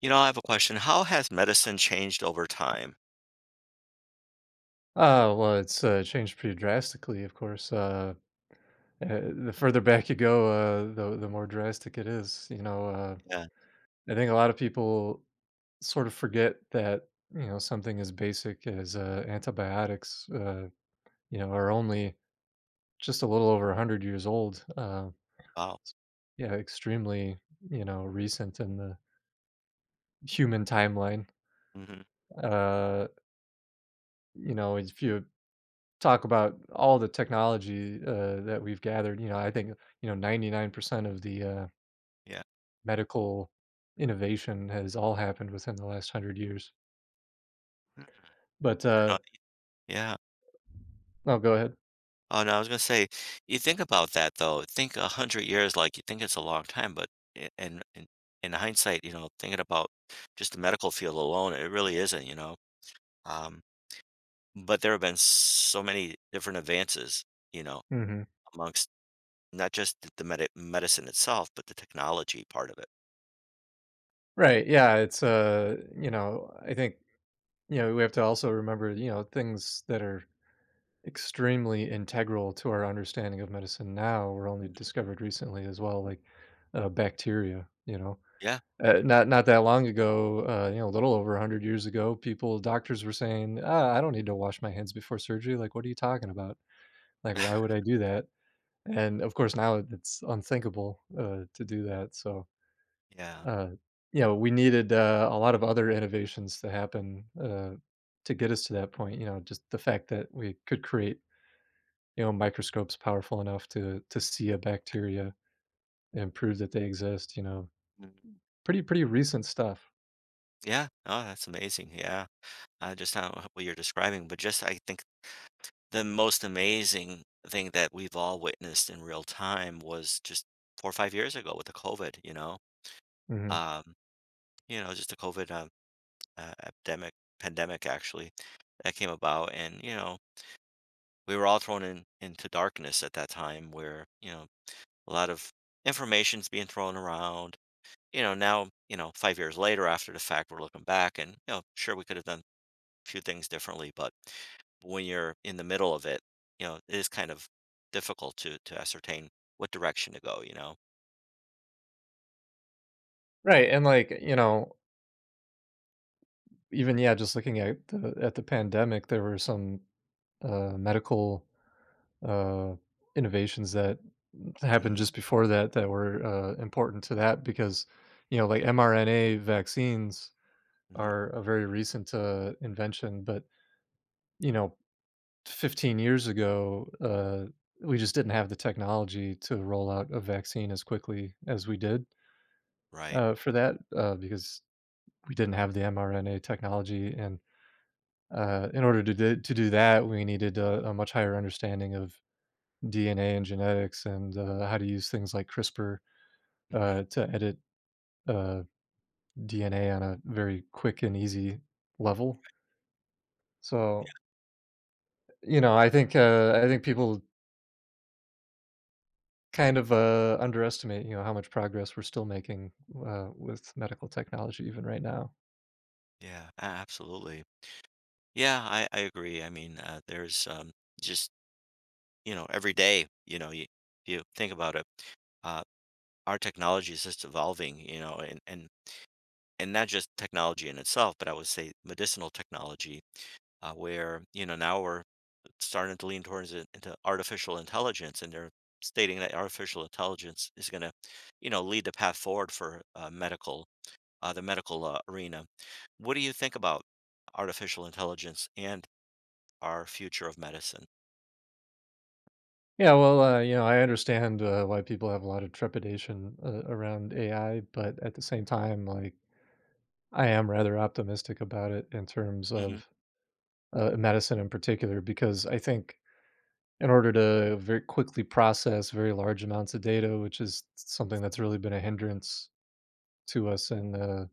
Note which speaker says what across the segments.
Speaker 1: You know, I have a question. How has medicine changed over time?
Speaker 2: Well, it's changed pretty drastically, of course, eh, the further back you go, the more drastic it is,
Speaker 1: Yeah.
Speaker 2: I think a lot of people sort of forget that, something as basic as, antibiotics, you know, are only just a little over 100 years old,
Speaker 1: Wow.
Speaker 2: s yeah, extremely, recent in the human timeline.
Speaker 1: Mhm.
Speaker 2: uh, if you talk about all the technology, that we've gathered, I think, 99% of the,
Speaker 1: Yeah.
Speaker 2: medical innovation has all happened within the last 100 years. But,
Speaker 1: Uh,
Speaker 2: uh
Speaker 1: yeah.
Speaker 2: oh, go ahead.
Speaker 1: Oh, no, I was gonna say, you think about that though. Think 100 years, like, you think it's a long time, but I in hindsight, you know, thinking about just the medical field alone, it really isn't, you know? Um, but there have been so many different advances, you know,
Speaker 2: Mhm.
Speaker 1: amongst not just the medicine itself, but the technology part of it.
Speaker 2: Right, yeah, I think, we have to also remember, things that are extremely integral to our understanding of medicine now were only
Speaker 1: Mhm.
Speaker 2: discovered recently as well, like, bacteria, you know?
Speaker 1: Yeah.
Speaker 2: Not that long ago, a little over 100 years ago, people doctors were saying, "Ah, I don't need to wash my hands before surgery. Like, what are you talking about? Like, why would I do that?" And of course, now it's unthinkable to do that. So,
Speaker 1: Yeah.
Speaker 2: uh, we needed a lot of other innovations to happen to get us to that point. You know, just the fact that we could create, microscopes powerful enough to see a bacteria and prove that they exist. You know,
Speaker 1: Mhm.
Speaker 2: pretty recent stuff.
Speaker 1: Yeah. Oh, that's amazing. Yeah. Just how what you're describing, but just I think the most amazing thing that we've all witnessed in real time was just 4 or 5 years ago with the COVID,
Speaker 2: Hmm.
Speaker 1: um, just the COVID epidemic, pandemic actually that came about, and you know, we were all thrown in into darkness at that time, where a lot of information's being thrown around. You know, now 5 years later after the fact, we're looking back, and sure we could have done few things differently, but when you're in the middle of it, it is kind of difficult to ascertain what direction to go, you know?
Speaker 2: Right, and like, you know, just looking at the pandemic, there were some, medical, uh, innovations that happened
Speaker 1: Mhm.
Speaker 2: just before that that were, important to that because, you know, like mRNA vaccines
Speaker 1: Mhm.
Speaker 2: are a very recent, invention, but, you know, 15 years ago, we just didn't have the technology to roll out a vaccine as quickly as we did,
Speaker 1: Right.
Speaker 2: for that, because we didn't have the mRNA technology. And In order to do that, we needed a much higher understanding of DNA and genetics, and how to use things like CRISPR
Speaker 1: Mhm.
Speaker 2: to edit uh, DNA on a very quick and easy level. So,
Speaker 1: Yeah,
Speaker 2: you know, I think people kind of underestimate, you know, how much progress we're still making with medical technology even right now.
Speaker 1: yeah, a absolutely. Yeah, I agree. I mean, there's, just, you know, every day, you know, you think about it, uh, our technology is just evolving, you know, and not just technology in itself, but I would say medicinal technology, where, you know, now we're starting to lean towards it into artificial intelligence, and they're stating that artificial intelligence is going to, you know, lead the path forward for the medical arena. What do you think about artificial intelligence and our future of medicine?
Speaker 2: Yeah, well, you know, I understand why people have a lot of trepidation around AI, but at the same time, like I am rather optimistic about it in terms
Speaker 1: Hmm.
Speaker 2: of medicine in particular, because I think in order to very quickly process very large amounts of data, which is something that's really been a hindrance to us in the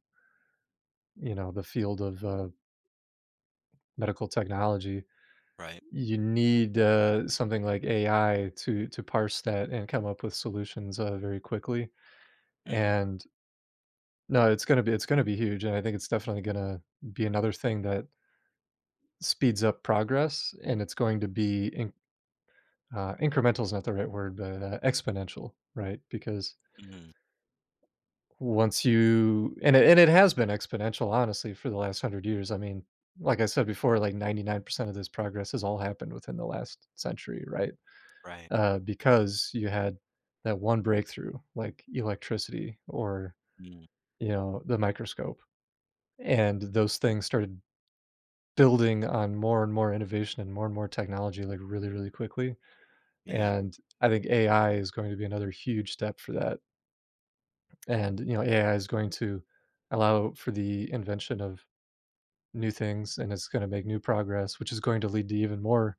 Speaker 2: the field of medical technology,
Speaker 1: Right.
Speaker 2: you need something like AI to parse that and come up with solutions very quickly.
Speaker 1: Hmm.
Speaker 2: And no, it's gonna be huge, and I think it's definitely gonna be another thing that speeds up progress, and it's going to be incremental is not the right word, but exponential, right? Because
Speaker 1: Hmm.
Speaker 2: once you and it has been exponential, honestly, for the last hundred years. I mean, like I said before, like 99% of this progress has all happened within the last century, right?
Speaker 1: Right.
Speaker 2: Because you had that one breakthrough, like electricity or
Speaker 1: Mm.
Speaker 2: you know the microscope, and those things started building on more and more innovation and more technology, like really, really quickly.
Speaker 1: Yeah.
Speaker 2: And I think AI is going to be another huge step for that. And, you know, AI is going to allow for the invention of new things, and it's going to make new progress, which is going to lead to even more,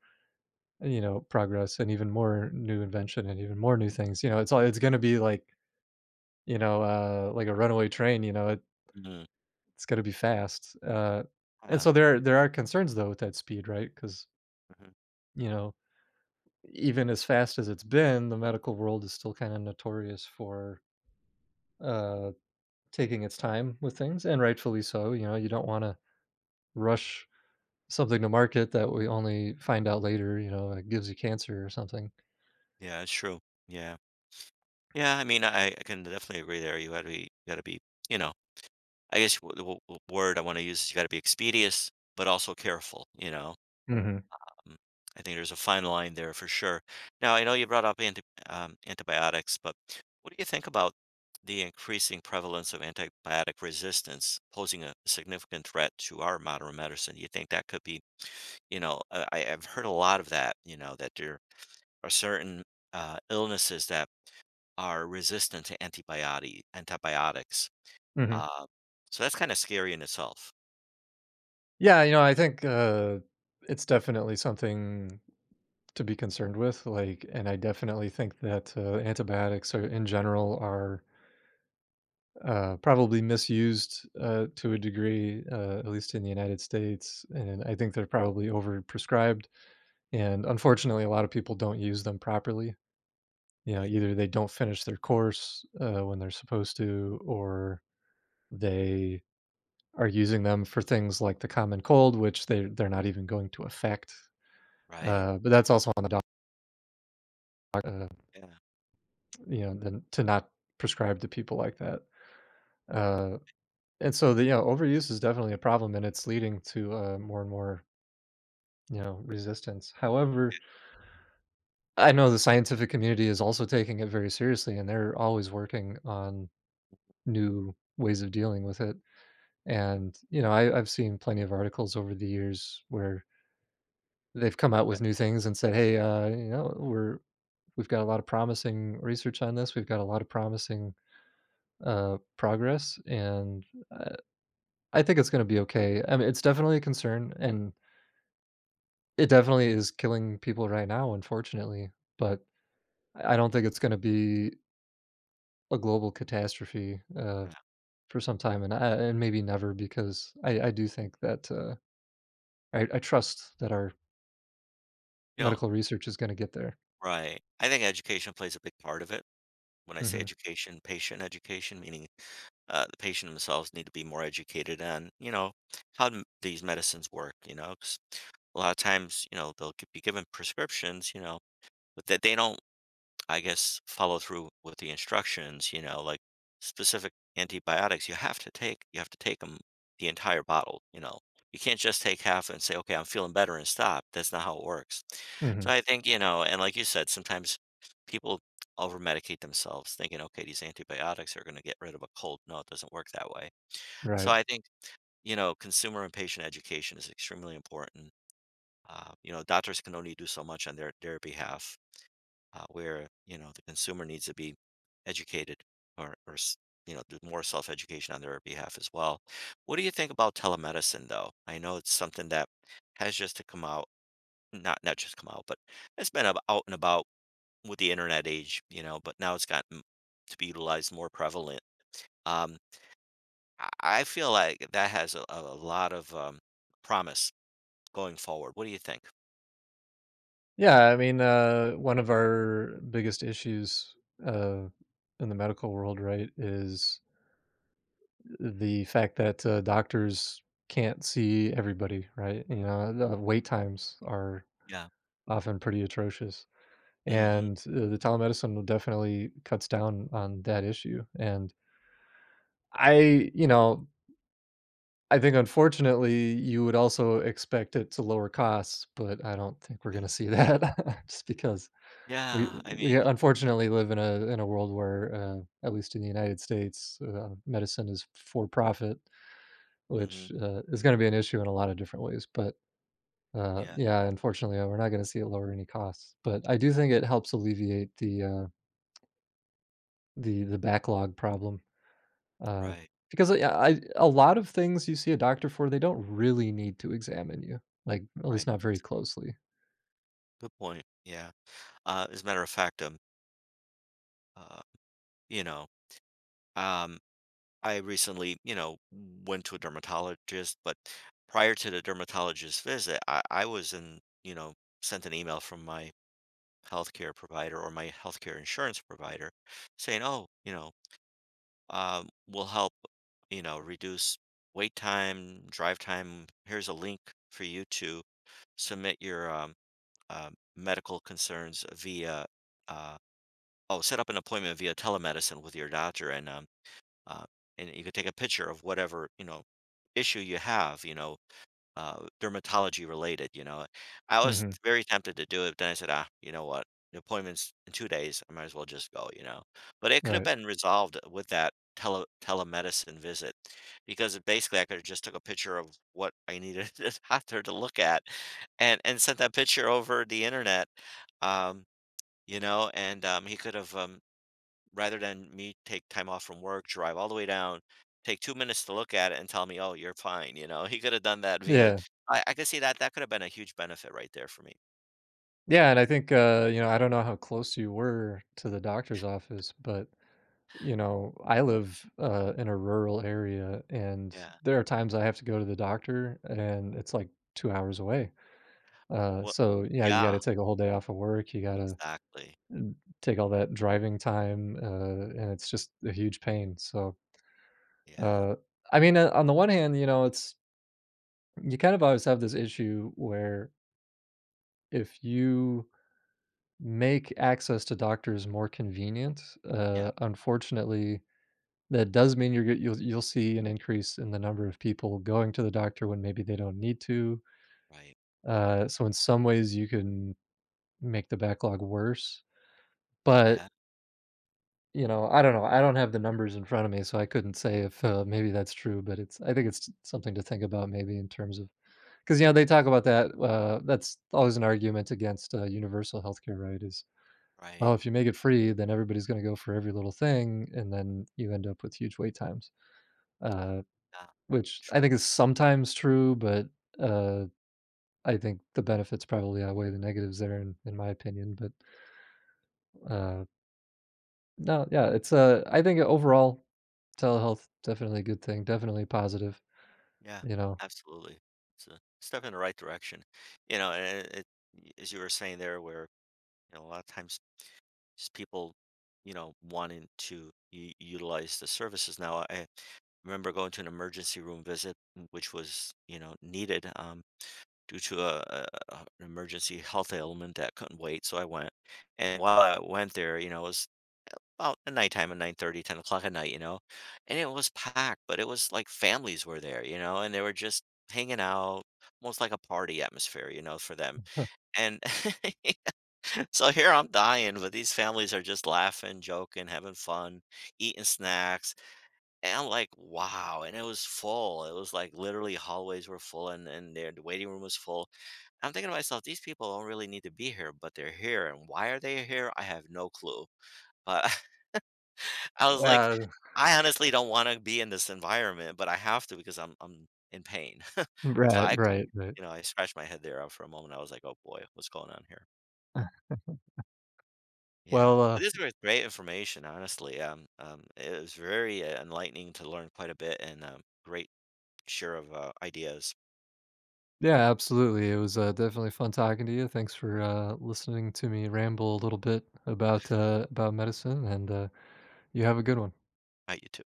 Speaker 2: you know, progress and even more new invention and even more new things. You know, it's going to be like, you know, like a runaway train,
Speaker 1: Hmm.
Speaker 2: it's going to be fast. And
Speaker 1: Yeah.
Speaker 2: So there are concerns though with that speed, right? Cuz,
Speaker 1: Hmm.
Speaker 2: you know, even as fast as it's been, the medical world is still kind of notorious for uh taking its time with things and rightfully so. You know, you don't want to rush something to market that we only find out later, you know, it gives you cancer or something.
Speaker 1: Yeah. It's true. Yeah. Yeah. I mean, I can definitely agree there. You got to be, you know, I guess the word I want to use is you got to be expeditious, but also careful, you know.
Speaker 2: Mhm,
Speaker 1: Mm. I think there's a fine line there for sure. Now, I know you brought up antibiotics, but what do you think about the increasing prevalence of antibiotic resistance posing a significant threat to our modern medicine? You think that could be, you know, I've heard a lot of that, you know, that there are certain illnesses that are resistant to antibiotics.
Speaker 2: mhm.
Speaker 1: Uh, so that's kind of scary in itself,
Speaker 2: Yeah, you know, I think, it's definitely something to be concerned with, like, and I definitely think that, antibiotics are in general are, probably misused, to a degree, at least in the United States, and I think they're probably overprescribed, and unfortunately, a lot of people don't use them properly. You know,
Speaker 1: right?
Speaker 2: either they don't finish their course, when they're supposed to, or they are using them for things like the common cold, which they're not even going to affect.
Speaker 1: Right.
Speaker 2: But that's also on the doc, uh,
Speaker 1: Yeah.
Speaker 2: you know, then to not prescribe to people like that. Uh, and so the you know overuse is definitely a problem, and it's leading to more and more resistance. However, I know the scientific community is also taking it very seriously, and they're always working on new ways of dealing with it. And you know, I've seen plenty of articles over the years where they've come out
Speaker 1: Yeah.
Speaker 2: with new things and said, "Hey, you know, we've got a lot of promising research on this. We've got a lot of promising, progress," and, uh, I think it's gonna be okay. I mean, it's definitely a concern, and it definitely is killing people right now, unfortunately, but I don't think it's gonna be a global catastrophe,
Speaker 1: Yeah.
Speaker 2: for some time, and I and maybe never, because I do think that, I trust that our
Speaker 1: You know,
Speaker 2: medical research is gonna get there.
Speaker 1: right. I think education plays a big part of it. When I say
Speaker 2: Mhm.
Speaker 1: education, patient education, meaning, the patient themselves need to be more educated on, you know, how m these medicines work, you know, 'cause a lot of times, you know, they'll g be given prescriptions, you know, but that they don't, I guess, follow through with the instructions, you know, like specific antibiotics you have to take, you have to take them the entire bottle, you know. You can't just take half and say, okay, I'm feeling better and stop. That's not how it works. So
Speaker 2: Mhm.
Speaker 1: I think, you know, and like you said, sometimes people over medicate themselves thinking, okay, these antibiotics are going to get rid of a cold. No, it doesn't work that way. So
Speaker 2: Right.
Speaker 1: I think, you know, consumer and patient education is extremely important. You know, doctors can only do so much on their behalf, where you know the consumer needs to be educated, or, or s- you know, do more self-education on their behalf as well. What do you think about telemedicine though? I know it's something that has just to come out, not just come out, but it's been out and about with the internet age, you know, but now it's gotten to be utilized more prevalent. Um i I feel like that has a lot of promise going forward. What do you think?
Speaker 2: Yeah, I mean, one of our biggest issues uh, in the medical world, right, is the fact that doctors can't see everybody, right? You know, the wait times are
Speaker 1: Yeah.
Speaker 2: often pretty atrocious.
Speaker 1: Mm-hmm.
Speaker 2: And the telemedicine definitely cuts down on that issue. And you know, I think unfortunately you would also expect it to lower costs, but I don't think we're going to see that just because We
Speaker 1: Yeah, I
Speaker 2: we
Speaker 1: mean.
Speaker 2: unfortunately live in a world where, at least in the United States, medicine is for profit,
Speaker 1: Hmm.
Speaker 2: which, is gonna be an issue in a lot of different ways, but,
Speaker 1: Yeah,
Speaker 2: yeah, unfortunately, we're not gonna see it lower any costs, but I do think it helps alleviate the, the backlog problem, uh,
Speaker 1: right,
Speaker 2: because, yeah, I a lot of things you see a doctor for, they don't really need to examine you, like, at least
Speaker 1: right.
Speaker 2: not very closely.
Speaker 1: Good point. Yeah. As a matter of fact, uh, you know, um, I recently, you know, went to a dermatologist, but prior to the dermatologist visit, I was sent an email from my healthcare provider or my healthcare insurance provider saying, oh, we'll help, reduce wait time, drive time. Here's a link for you to submit your uh, medical concerns via. Uh, Oh, set up an appointment via telemedicine with your doctor uh, and you could take a picture of whatever, you know, issue you have, you know, dermatology related, you know. I was
Speaker 2: Mhm,
Speaker 1: very tempted to do it, but then I said, ah, you know what? The appointment's in 2 days, I might as well just go, you know. But it could have
Speaker 2: right.
Speaker 1: been resolved with that telemedicine visit because it basically I could have just took a picture of what I needed the doctor to look at and sent that picture over the internet. Um, you know, and he could have, rather than me take time off from work, drive all the way down, take 2 minutes to look at it and tell me, "Oh, you're fine," you know? He could have done that via.
Speaker 2: Yeah.
Speaker 1: I could see that that could have been a huge benefit right there for me.
Speaker 2: Yeah, and I think, you know, I don't know how close you were to the doctor's office, but, you know, I live, in a rural area, and
Speaker 1: Yeah.
Speaker 2: there are times I have to go to the doctor, and it's, like, 2 hours away.
Speaker 1: Wha
Speaker 2: So, yeah, you
Speaker 1: Yeah,
Speaker 2: gotta take a whole day off of work, you gotta
Speaker 1: exactly.
Speaker 2: take all that driving time, and it's just a huge pain.
Speaker 1: Yeah.
Speaker 2: Uh, I mean, on the one hand, you know, it's you kind of always have this issue where if you make access to doctors more convenient.
Speaker 1: Yeah,
Speaker 2: Unfortunately, that does mean you'll see an increase in the number of people going to the doctor when maybe they don't need to.
Speaker 1: right.
Speaker 2: So in some ways, you can make the backlog worse. But
Speaker 1: Yeah,
Speaker 2: you know. I don't have the numbers in front of me, so I couldn't say if maybe that's true. But it's I think it's something to think about maybe in terms of, because you know they talk about that. That's always an argument against universal healthcare, right? Is,
Speaker 1: right.
Speaker 2: oh, if you make it free, then everybody's gonna go for every little thing, and then you end up with huge wait times, uh,
Speaker 1: Yeah.
Speaker 2: which I
Speaker 1: True.
Speaker 2: think is sometimes true, but, uh, I think the benefits probably outweigh the negatives there in my opinion, but, uh, no, yeah, I think overall, telehealth, definitely a good thing, definitely positive,
Speaker 1: Yeah,
Speaker 2: you know?
Speaker 1: absolutely. It's a step in the right direction. You know, and it, y as you were saying there where, you know, a lot of times just people, you know, wanting to u utilize the services now, remember going to an emergency room visit, which was, you know, needed, due to an emergency health ailment that couldn't wait. So I went, and while I went there, you know, it was about at nighttime at 9:30, 10 o'clock at night, you know, and it was packed, but it was like families were there, you know, and they were just hanging out, almost like a party atmosphere, you know, for them. And so here I'm dying, but these families are just laughing, joking, having fun, eating snacks and I'm like, wow. And it was full. It was like literally hallways were full, and the waiting room was full. I'm thinking to myself, these people don't really need to be here, but they're here. And why are they here? I have no clue. But I was like,
Speaker 2: Yeah,
Speaker 1: I honestly don't want to be in this environment, but I have to because I'm in pain. So
Speaker 2: right,
Speaker 1: I
Speaker 2: right,
Speaker 1: couldn't,
Speaker 2: right.
Speaker 1: you know, I scratched my head there out for a moment. I was like, oh boy, what's going on here? Yeah,
Speaker 2: Well,
Speaker 1: but this was great information, honestly. It was very enlightening to learn quite a bit and, great share of ideas.
Speaker 2: yeah, absolutely. It was, definitely fun talking to you. Thanks for, listening to me ramble a little bit about medicine, and, you have a good one.
Speaker 1: At you too.